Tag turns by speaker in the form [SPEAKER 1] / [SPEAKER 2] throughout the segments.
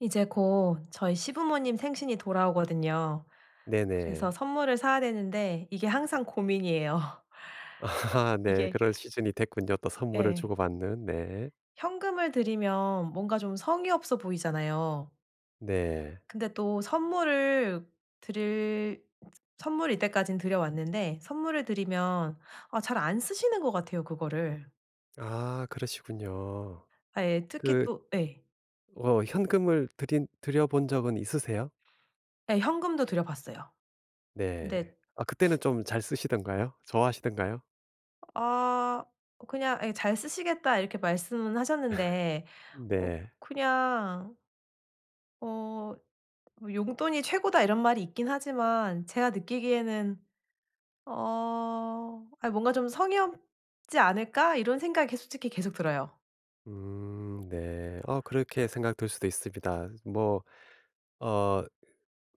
[SPEAKER 1] 이제 곧 저희 시부모님 생신이 돌아오거든요. 그래서
[SPEAKER 2] 네네.
[SPEAKER 1] 선물을 사야 되는데 이게 항상 고민이에요.
[SPEAKER 2] 아 네.
[SPEAKER 1] 이게
[SPEAKER 2] 그런 시즌이 됐군요. 또 선물을
[SPEAKER 1] 예.
[SPEAKER 2] 주고받는. 네.
[SPEAKER 1] 현금을 드리면 뭔가 좀 성의 없어 보이잖아요.
[SPEAKER 2] 네.
[SPEAKER 1] 근데 또 드릴 선물 이때까진 드려왔는데 선물을 드리면 아 잘 안 쓰시는 것 같아요 그거를.
[SPEAKER 2] 아 그러시군요.
[SPEAKER 1] 예 특히
[SPEAKER 2] 그
[SPEAKER 1] 또 예.
[SPEAKER 2] 현금을 드린 드려 본 적은 있으세요?
[SPEAKER 1] 예 현금도 드려 봤어요.
[SPEAKER 2] 네.
[SPEAKER 1] 근데
[SPEAKER 2] 아 그때는 좀 잘 쓰시던가요? 좋아하시던가요?
[SPEAKER 1] 아 그냥 예 "잘 쓰시겠다." 이렇게 말씀은 하셨는데 어
[SPEAKER 2] 네.
[SPEAKER 1] 그냥 어 뭐 "용돈이 최고다." 이런 말이 있긴 하지만 제가 느끼기에는 어 아 뭔가 좀 '성의 없지 않을까?' 이런 생각이 솔직히 계속 들어요.
[SPEAKER 2] 네. 그렇게 생각될 수도 있습니다. 뭐 어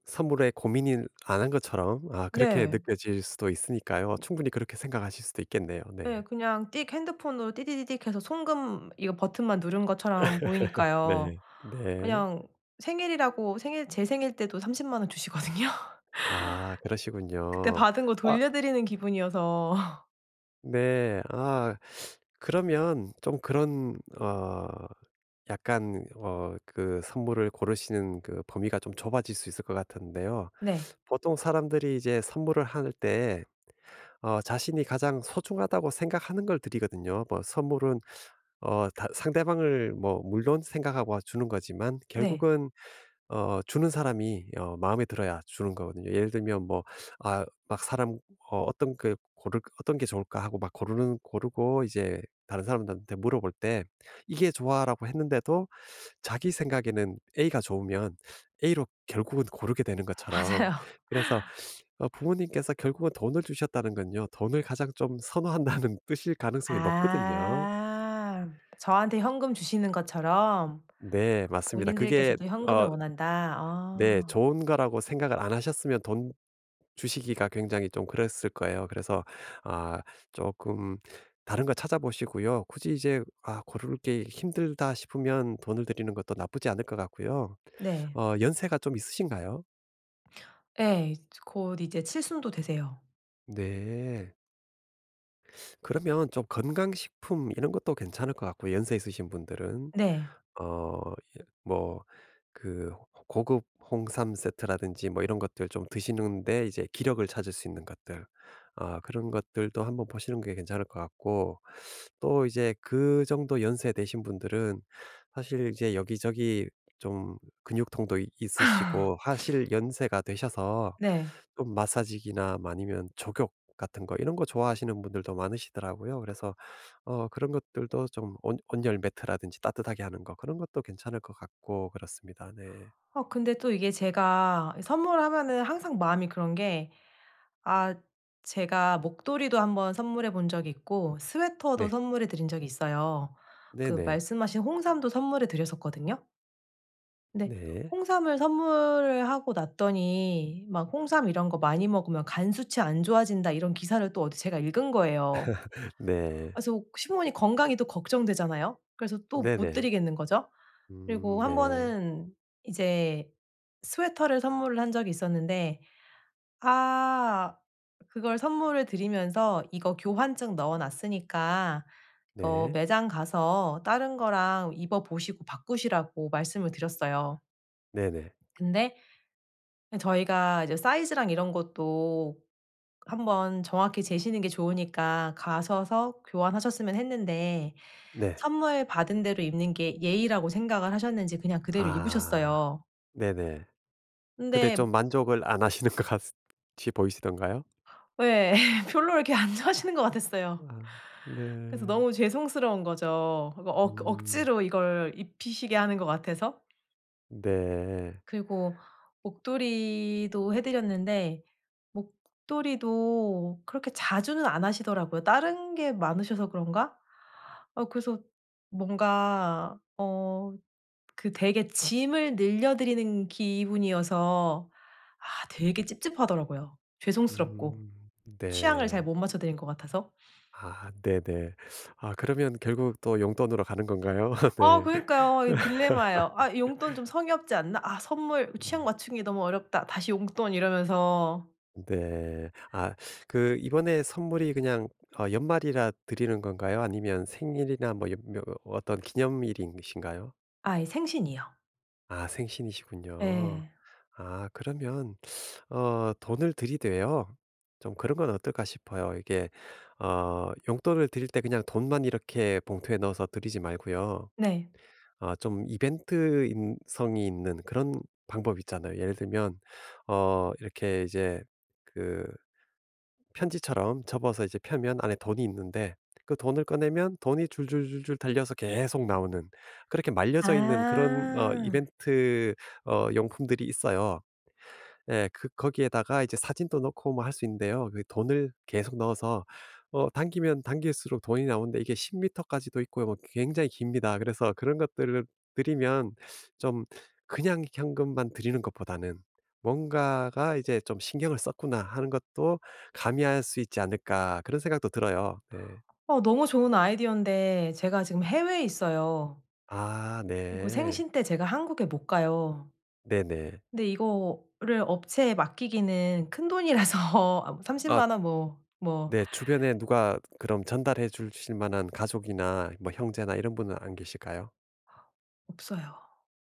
[SPEAKER 2] 선물에 고민을 안 한 것처럼 아 그렇게
[SPEAKER 1] 네.
[SPEAKER 2] 느껴질 수도 있으니까요. 충분히 그렇게 생각하실 수도 있겠네요.
[SPEAKER 1] 네
[SPEAKER 2] 네.
[SPEAKER 1] 그냥 띡 핸드폰으로 띠디디딕 해서 송금 이거 버튼만 누른 것처럼 보이니까요.
[SPEAKER 2] 네. 네.
[SPEAKER 1] 그냥 생일이라고 생일 제 생일 때도 30만 원 주시거든요.
[SPEAKER 2] 아
[SPEAKER 1] 그때
[SPEAKER 2] 그러시군요.
[SPEAKER 1] 받은 거
[SPEAKER 2] 아
[SPEAKER 1] 돌려드리는 기분이어서
[SPEAKER 2] 네. 아 그러면 좀 그런 약간 그 선물을 고르시는 그 범위가 좀 좁아질 수 있을 것 같은데요.
[SPEAKER 1] 네.
[SPEAKER 2] 보통 사람들이 이제 선물을 할 때 자신이 가장 소중하다고 생각하는 걸 드리거든요. 뭐 선물은 다 상대방을 뭐 물론 생각하고 주는 거지만
[SPEAKER 1] 네.
[SPEAKER 2] 결국은 주는 사람이 마음에 들어야 주는 거거든요. 예를 들면 뭐 아 막 사람 어 어떤 그 고를 '어떤 게 좋을까?' 하고 막 고르는 고르고 이제 다른 사람들한테 물어볼 때 "이게 좋아."라고 했는데도 자기 생각에는 A가 좋으면 A로 결국은 고르게 되는 것처럼
[SPEAKER 1] 맞아요.
[SPEAKER 2] 그래서 부모님께서 결국은 돈을 주셨다는 건요. 돈을 가장 좀 선호한다는 뜻일 가능성이 높거든요.
[SPEAKER 1] 아. 저한테 현금 주시는 것처럼?
[SPEAKER 2] 네, 맞습니다. 그게
[SPEAKER 1] 본인들께서도 현금을
[SPEAKER 2] 어
[SPEAKER 1] 원한다.
[SPEAKER 2] 네.
[SPEAKER 1] 아
[SPEAKER 2] 좋은 거라고 생각을 안 하셨으면 돈 주시기가 굉장히 좀 그랬을 거예요. 그래서 아 조금 다른 거 찾아보시고요. 굳이 이제 아 고를 게 힘들다 싶으면 돈을 드리는 것도 나쁘지 않을 것 같고요.
[SPEAKER 1] 네.
[SPEAKER 2] 연세가 좀 있으신가요?
[SPEAKER 1] 예. 곧 이제 칠순도 되세요.
[SPEAKER 2] 네. 그러면 좀 건강식품 이런 것도 괜찮을 것 같고 연세 있으신 분들은.
[SPEAKER 1] 네.
[SPEAKER 2] 어 예 뭐 그 고급 홍삼 세트라든지 뭐 이런 것들 좀 드시는데 이제 기력을 찾을 수 있는 것들, 아 그런 것들도 한번 보시는 게 괜찮을 것 같고, 또 이제 그 정도 연세 되신 분들은 사실 이제 여기저기 좀 근육통도 이 있으시고 하실 연세가 되셔서
[SPEAKER 1] 네.
[SPEAKER 2] 좀 마사지기나 뭐 아니면 족욕 같은 거 이런 거 좋아하시는 분들도 많으시더라고요. 그래서 그런 것들도 좀 온 온열 매트라든지 따뜻하게 하는 거 그런 것도 괜찮을 것 같고 그렇습니다. 네.
[SPEAKER 1] 어 근데 또 이게 제가 선물하면은 항상 마음이 그런 게 아 제가 목도리도 한번 선물해 본 적이 있고 스웨터도
[SPEAKER 2] 네.
[SPEAKER 1] 선물해 드린 적이 있어요. 그
[SPEAKER 2] 네네.
[SPEAKER 1] 말씀하신 홍삼도 선물해 드렸었거든요. 근데
[SPEAKER 2] 네.
[SPEAKER 1] 홍삼을 선물을 하고 났더니 막 "홍삼 이런 거 많이 먹으면 간 수치 안 좋아진다." 이런 기사를 또 어디 제가 읽은 거예요. 아,
[SPEAKER 2] 네.
[SPEAKER 1] 그래서 시부모님 건강이 또 걱정되잖아요. 그래서 또 못
[SPEAKER 2] 네네.
[SPEAKER 1] 드리겠는 거죠. 그리고 한
[SPEAKER 2] 네.
[SPEAKER 1] 번은 이제 스웨터를 선물을 한 적이 있었는데 아 그걸 선물을 드리면서 "이거 교환증 넣어 놨으니까 이거
[SPEAKER 2] 네.
[SPEAKER 1] 매장 가서 다른 거랑 입어 보시고 바꾸시라."고 말씀을 드렸어요.
[SPEAKER 2] 네네.
[SPEAKER 1] 근데 저희가 이제 사이즈랑 이런 것도 한번 정확히 재시는 게 좋으니까 가셔서 교환하셨으면 했는데
[SPEAKER 2] 네.
[SPEAKER 1] 선물 받은 대로 입는 게 예의라고 생각을 하셨는지 그냥 그대로
[SPEAKER 2] 아.
[SPEAKER 1] 입으셨어요.
[SPEAKER 2] 네네. 근데
[SPEAKER 1] 근데
[SPEAKER 2] 좀 만족을 안 하시는 것 같이 보이시던가요?
[SPEAKER 1] 예 별로 이렇게 안 좋아하시는 것 같았어요.
[SPEAKER 2] 아
[SPEAKER 1] 그래서
[SPEAKER 2] 네.
[SPEAKER 1] 너무 죄송스러운 거죠. 그거 억
[SPEAKER 2] 음
[SPEAKER 1] 억지로 이걸 입히시게 하는 것 같아서.
[SPEAKER 2] 네.
[SPEAKER 1] 그리고 목도리도 해 드렸는데 목도리도 그렇게 자주는 안 하시더라고요. 다른 게 많으셔서 그런가? 어 그래서 뭔가 어 그 되게 짐을 늘려 드리는 기분이어서 아 되게 찝찝하더라고요. 죄송스럽고
[SPEAKER 2] 음
[SPEAKER 1] 취향을 잘
[SPEAKER 2] 네.
[SPEAKER 1] 못 맞춰 드린 것 같아서.
[SPEAKER 2] 아 네네. 아 그러면 결국 또 용돈으로 가는 건가요?
[SPEAKER 1] 아
[SPEAKER 2] 네.
[SPEAKER 1] 그니까요. 이 딜레마예요. '아 용돈 좀 성의 없지 않나? 아 선물 취향
[SPEAKER 2] 음.
[SPEAKER 1] 맞추기 너무 어렵다. 다시 용돈.' 이러면서
[SPEAKER 2] 네. 아 그 이번에 선물이 그냥 연말이라 드리는 건가요? 아니면 생일이나 뭐 연 며 어떤 기념일이신가요?
[SPEAKER 1] 아 이 생신이요.
[SPEAKER 2] 아 생신이시군요.
[SPEAKER 1] 네,
[SPEAKER 2] 아 그러면 돈을 드리되요 좀 그런 건 어떨까 싶어요. 이게 용돈을 드릴 때 그냥 돈만 이렇게 봉투에 넣어서 드리지 말고요.
[SPEAKER 1] 네.
[SPEAKER 2] 좀 이벤트 인 성이 있는 그런 방법 있잖아요. 예를 들면 이렇게 그 편지처럼 접어서 이제 펴면 안에 돈이 있는데 그 돈을 꺼내면 돈이 줄줄줄줄 달려서 계속 나오는, 그렇게 말려져 있는 그런
[SPEAKER 1] 아.
[SPEAKER 2] 이벤트 용품들이 있어요. 예. 그 거기에다가 이제 사진도 넣고 뭐 할 수 있는데요. 그 돈을 계속 넣어서 당기면 당길수록 돈이 나오는데 이게 10미터 미터까지도 있고요. 뭐 굉장히 깁니다. 그래서 그런 것들을 드리면 좀 그냥 현금만 드리는 것보다는 '뭔가가 이제 좀 신경을 썼구나.' 하는 것도 가미할 수 있지 않을까, 그런 생각도 들어요. 네.
[SPEAKER 1] 어 너무 좋은 아이디어인데 제가 지금 해외에 있어요.
[SPEAKER 2] 아
[SPEAKER 1] 그리고
[SPEAKER 2] 네.
[SPEAKER 1] 생신 때 제가 한국에 못 가요.
[SPEAKER 2] 네네.
[SPEAKER 1] 근데 이거를 업체에 맡기기는 큰돈이라서 아 뭐 3 0
[SPEAKER 2] 아
[SPEAKER 1] 만원 뭐 뭐
[SPEAKER 2] 네. 주변에 누가 그럼 전달해 주실 만한 가족이나 뭐 형제나 이런 분은 안 계실까요?
[SPEAKER 1] 없어요.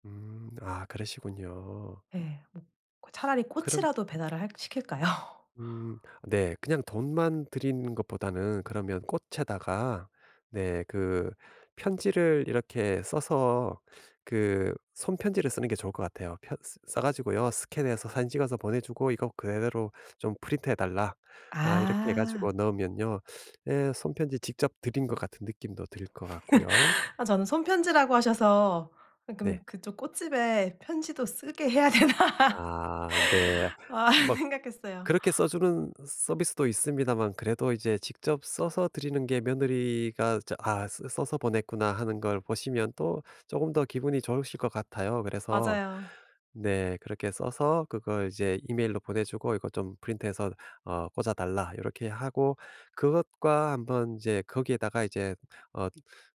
[SPEAKER 2] 음. 아 그러시군요.
[SPEAKER 1] 예. 뭐 그 차라리
[SPEAKER 2] 그럼
[SPEAKER 1] 꽃이라도 배달을 할 시킬까요?
[SPEAKER 2] 네 그냥 돈만 드리는 것보다는 그러면 꽃에다가 네 그 편지를 이렇게 써서, 그 손편지를 쓰는 게 좋을 것 같아요. 펴 쓰 싸 가지고요. 스캔해서 사진 찍어서 보내 주고 "이거 그대로 좀 프린트해 달라." 아 이렇게 해
[SPEAKER 1] 아.
[SPEAKER 2] 가지고 넣으면요. 예 손편지 직접 드린 것 같은 느낌도 들 것 같고요.
[SPEAKER 1] 아 저는 손편지라고 하셔서 아 그럼
[SPEAKER 2] 네.
[SPEAKER 1] 그쪽 꽃집에 편지도 쓰게 해야 되나
[SPEAKER 2] 아 네.
[SPEAKER 1] 아
[SPEAKER 2] 뭐
[SPEAKER 1] 생각했어요.
[SPEAKER 2] 그렇게 써주는 서비스도 있습니다만 그래도 이제 직접 써서 드리는 게 며느리가 '아 쓰 써서 보냈구나.' 하는 걸 보시면 또 조금 더 기분이 좋으실 것 같아요. 그래서
[SPEAKER 1] 맞아요.
[SPEAKER 2] 네 그렇게 써서 그걸 이제 이메일로 보내주고 "이거 좀 프린트해서 꽂아 달라." 이렇게 하고 그것과 한번 이제 거기에다가 이제 어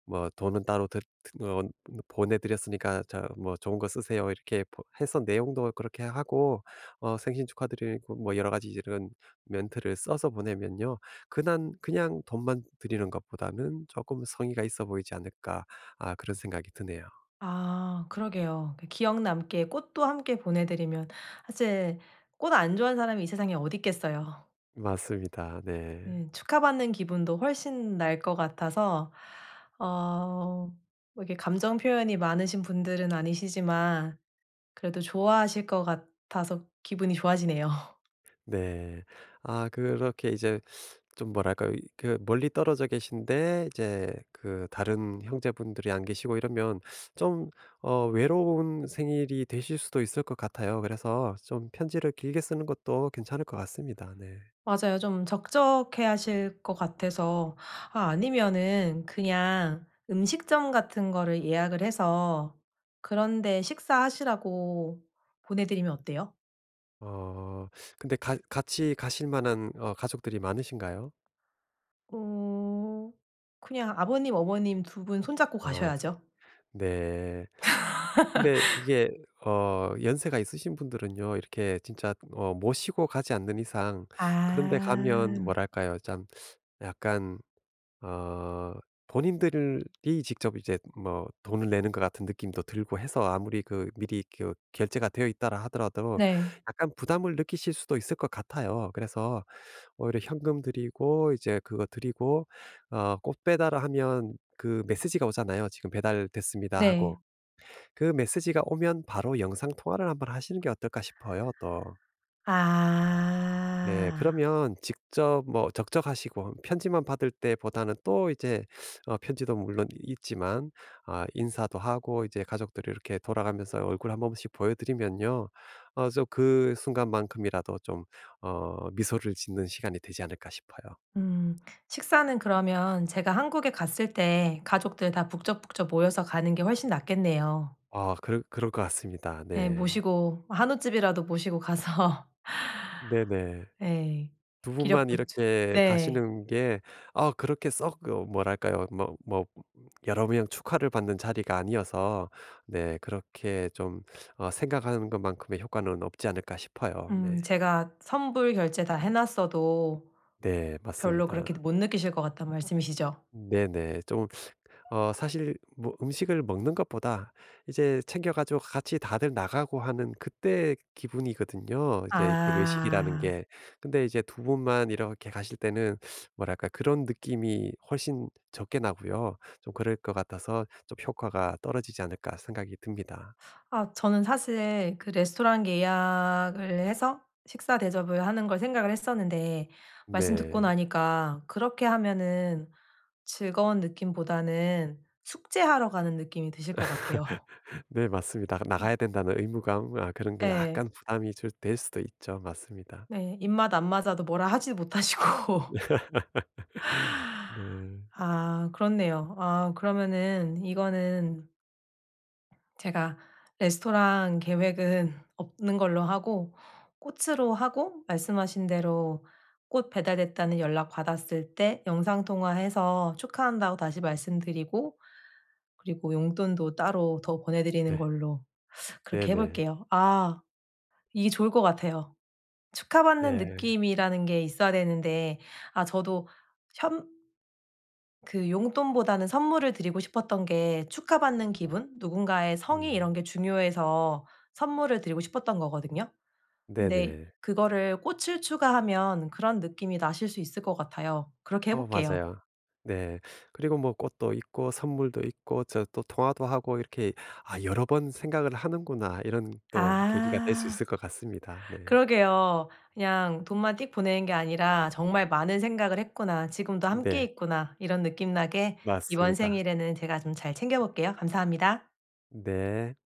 [SPEAKER 2] 뭐 "돈은 따로 드 드 어 보내 드렸으니까 자 뭐 좋은 거 쓰세요." 이렇게 보 해서 내용도 그렇게 하고 생신 축하드리고 뭐 여러 가지 이런 멘트를 써서 보내면요. 그난 그냥 돈만 드리는 것보다는 '조금 성의가 있어 보이지 않을까.' 아 그런 생각이 드네요.
[SPEAKER 1] 아 그러게요. 그 기억 남게 꽃도 함께 보내 드리면 사실 꽃 안 좋아하는 사람이 이 세상에 어디 있겠어요.
[SPEAKER 2] 맞습니다. 네.
[SPEAKER 1] 예 축하받는 기분도 훨씬 날 것 같아서 어 뭐 이렇게 감정 표현이 많으신 분들은 아니시지만 그래도 좋아하실 것 같아서 기분이 좋아지네요.
[SPEAKER 2] 네. 아 그렇게 이제 좀 뭐랄까요? 그 멀리 떨어져 계신데 이제 그 다른 형제분들이 안 계시고 이러면 좀 외로운 생일이 되실 수도 있을 것 같아요. 그래서 좀 편지를 길게 쓰는 것도 괜찮을 것 같습니다. 네.
[SPEAKER 1] 맞아요. 좀 적적해 하실 것 같아서 아 아니면은 그냥 음식점 같은 거를 예약을 해서 그런 데 식사하시라고 보내 드리면 어때요?
[SPEAKER 2] 어. 근데 가 같이 가실 만한 가족들이 많으신가요?
[SPEAKER 1] 어 그냥 아버님, 어머님 두 분 손잡고
[SPEAKER 2] 아 두
[SPEAKER 1] 가셔야죠.
[SPEAKER 2] 네. 근데 그게 연세가 있으신 분들은요 이렇게 진짜 모시고 가지 않는 이상 그런 데 가면
[SPEAKER 1] 아.
[SPEAKER 2] 뭐랄까요? 참 약간 어 본인들이 직접 이제 뭐 돈을 내는 것 같은 느낌도 들고 해서 아무리 그 미리 그 결제가 되어 있다라 하더라도
[SPEAKER 1] 네.
[SPEAKER 2] 약간 부담을 느끼실 수도 있을 것 같아요. 그래서 오히려 현금 드리고 이제 그거 드리고 꽃 배달을 하면 그 메시지가 오잖아요. "지금 배달됐습니다." 하고.
[SPEAKER 1] 네.
[SPEAKER 2] 그 메시지가 오면 바로 영상 통화를 한번 하시는 게 어떨까 싶어요 또. 네.
[SPEAKER 1] 아.
[SPEAKER 2] 그러면 직접 뭐 적적하시고 편지만 받을 때보다는 또 이제 편지도 물론 있지만 아 인사도 하고 이제 가족들이 이렇게 돌아가면서 얼굴 한 번씩 보여 드리면요. 그 순간만큼이라도 좀 미소를 짓는 시간이 되지 않을까 싶어요.
[SPEAKER 1] 음. 식사는 그러면 제가 한국에 갔을 때 가족들 다 북적북적 모여서 가는 게 훨씬 낫겠네요.
[SPEAKER 2] 아 그럴 것 같습니다.
[SPEAKER 1] 예.
[SPEAKER 2] 네.
[SPEAKER 1] 모시고 한우집이라도 모시고 가서
[SPEAKER 2] 네네.
[SPEAKER 1] 예.
[SPEAKER 2] 두 분만
[SPEAKER 1] 기력 보충
[SPEAKER 2] 이렇게
[SPEAKER 1] 네.
[SPEAKER 2] 가시는 게 아 그렇게 썩 뭐랄까요? 여러 명 축하를 받는 자리가 아니어서 네 그렇게 좀 생각하는 것만큼의 효과는 없지 않을까 싶어요. 네.
[SPEAKER 1] 제가 선불 결제 다 해 놨어도
[SPEAKER 2] 네
[SPEAKER 1] 별로
[SPEAKER 2] 맞습니다.
[SPEAKER 1] 그렇게 못 느끼실 것 같다는 말씀이시죠?
[SPEAKER 2] 네네. 좀 사실 뭐 음식을 먹는 것보다 이제 챙겨 가지고 같이 다들 나가고 하는 그때 기분이거든요, 이제 그 외식이라는
[SPEAKER 1] 아.
[SPEAKER 2] 게. 근데 이제 두 분만 이렇게 가실 때는 뭐랄까 그런 느낌이 훨씬 적게 나고요. 좀 그럴 것 같아서 좀 '효과가 떨어지지 않을까.' 생각이 듭니다.
[SPEAKER 1] 아 저는 사실 그 레스토랑 예약을 해서 식사 대접을 하는 걸 생각을 했었는데 말씀 듣고
[SPEAKER 2] 네.
[SPEAKER 1] 나니까 그렇게 하면은 즐거운 느낌보다는 숙제하러 가는 느낌이 드실 것 같아요.
[SPEAKER 2] 네 맞습니다.
[SPEAKER 1] 음.
[SPEAKER 2] 나가야 된다는 의무감 아 그런 게
[SPEAKER 1] 예.
[SPEAKER 2] 약간 부담이 좀 될 수도 있죠. 맞습니다.
[SPEAKER 1] 네. 입맛 안 맞아도 뭐라 하지 못하시고.
[SPEAKER 2] 네.
[SPEAKER 1] 아 그렇네요. 아 그러면은 이거는 제가 레스토랑 계획은 없는 걸로 하고 꽃으로 하고 말씀하신 대로 꽃 배달됐다는 연락 받았을 때 영상 통화해서 축하한다고 다시 말씀드리고 그리고 용돈도 따로 더 보내 드리는
[SPEAKER 2] 네.
[SPEAKER 1] 걸로 그렇게 해
[SPEAKER 2] 네네.
[SPEAKER 1] 볼게요. 아 이게 좋을 것 같아요. 축하받는
[SPEAKER 2] 네.
[SPEAKER 1] 느낌이라는 게 있어야 되는데 아 저도 현 그 용돈보다는 선물을 드리고 싶었던 게 축하받는 기분, 누군가의 성의
[SPEAKER 2] 음.
[SPEAKER 1] 이런 게 중요해서 선물을 드리고 싶었던 거거든요. 근데
[SPEAKER 2] 네네.
[SPEAKER 1] 그거를 꽃을 추가하면 그런 느낌이 나실 수 있을 것 같아요. 그렇게 해
[SPEAKER 2] 어
[SPEAKER 1] 볼게요.
[SPEAKER 2] 맞아요. 네. 그리고 뭐 꽃도 있고 선물도 있고 저 또 통화도 하고 이렇게 '아 여러 번 생각을 하는구나.' 이런 또 계기가 될 수
[SPEAKER 1] 아.
[SPEAKER 2] 있을 것 같습니다. 네.
[SPEAKER 1] 그러게요. 그냥 돈만 띡 보내는 게 아니라 '정말 많은 생각을 했구나. 지금도 함께
[SPEAKER 2] 네.
[SPEAKER 1] 있구나.' 이런 느낌 나게 이번
[SPEAKER 2] 맞습니다.
[SPEAKER 1] 생일에는 제가 좀 잘 챙겨 볼게요. 감사합니다.
[SPEAKER 2] 네.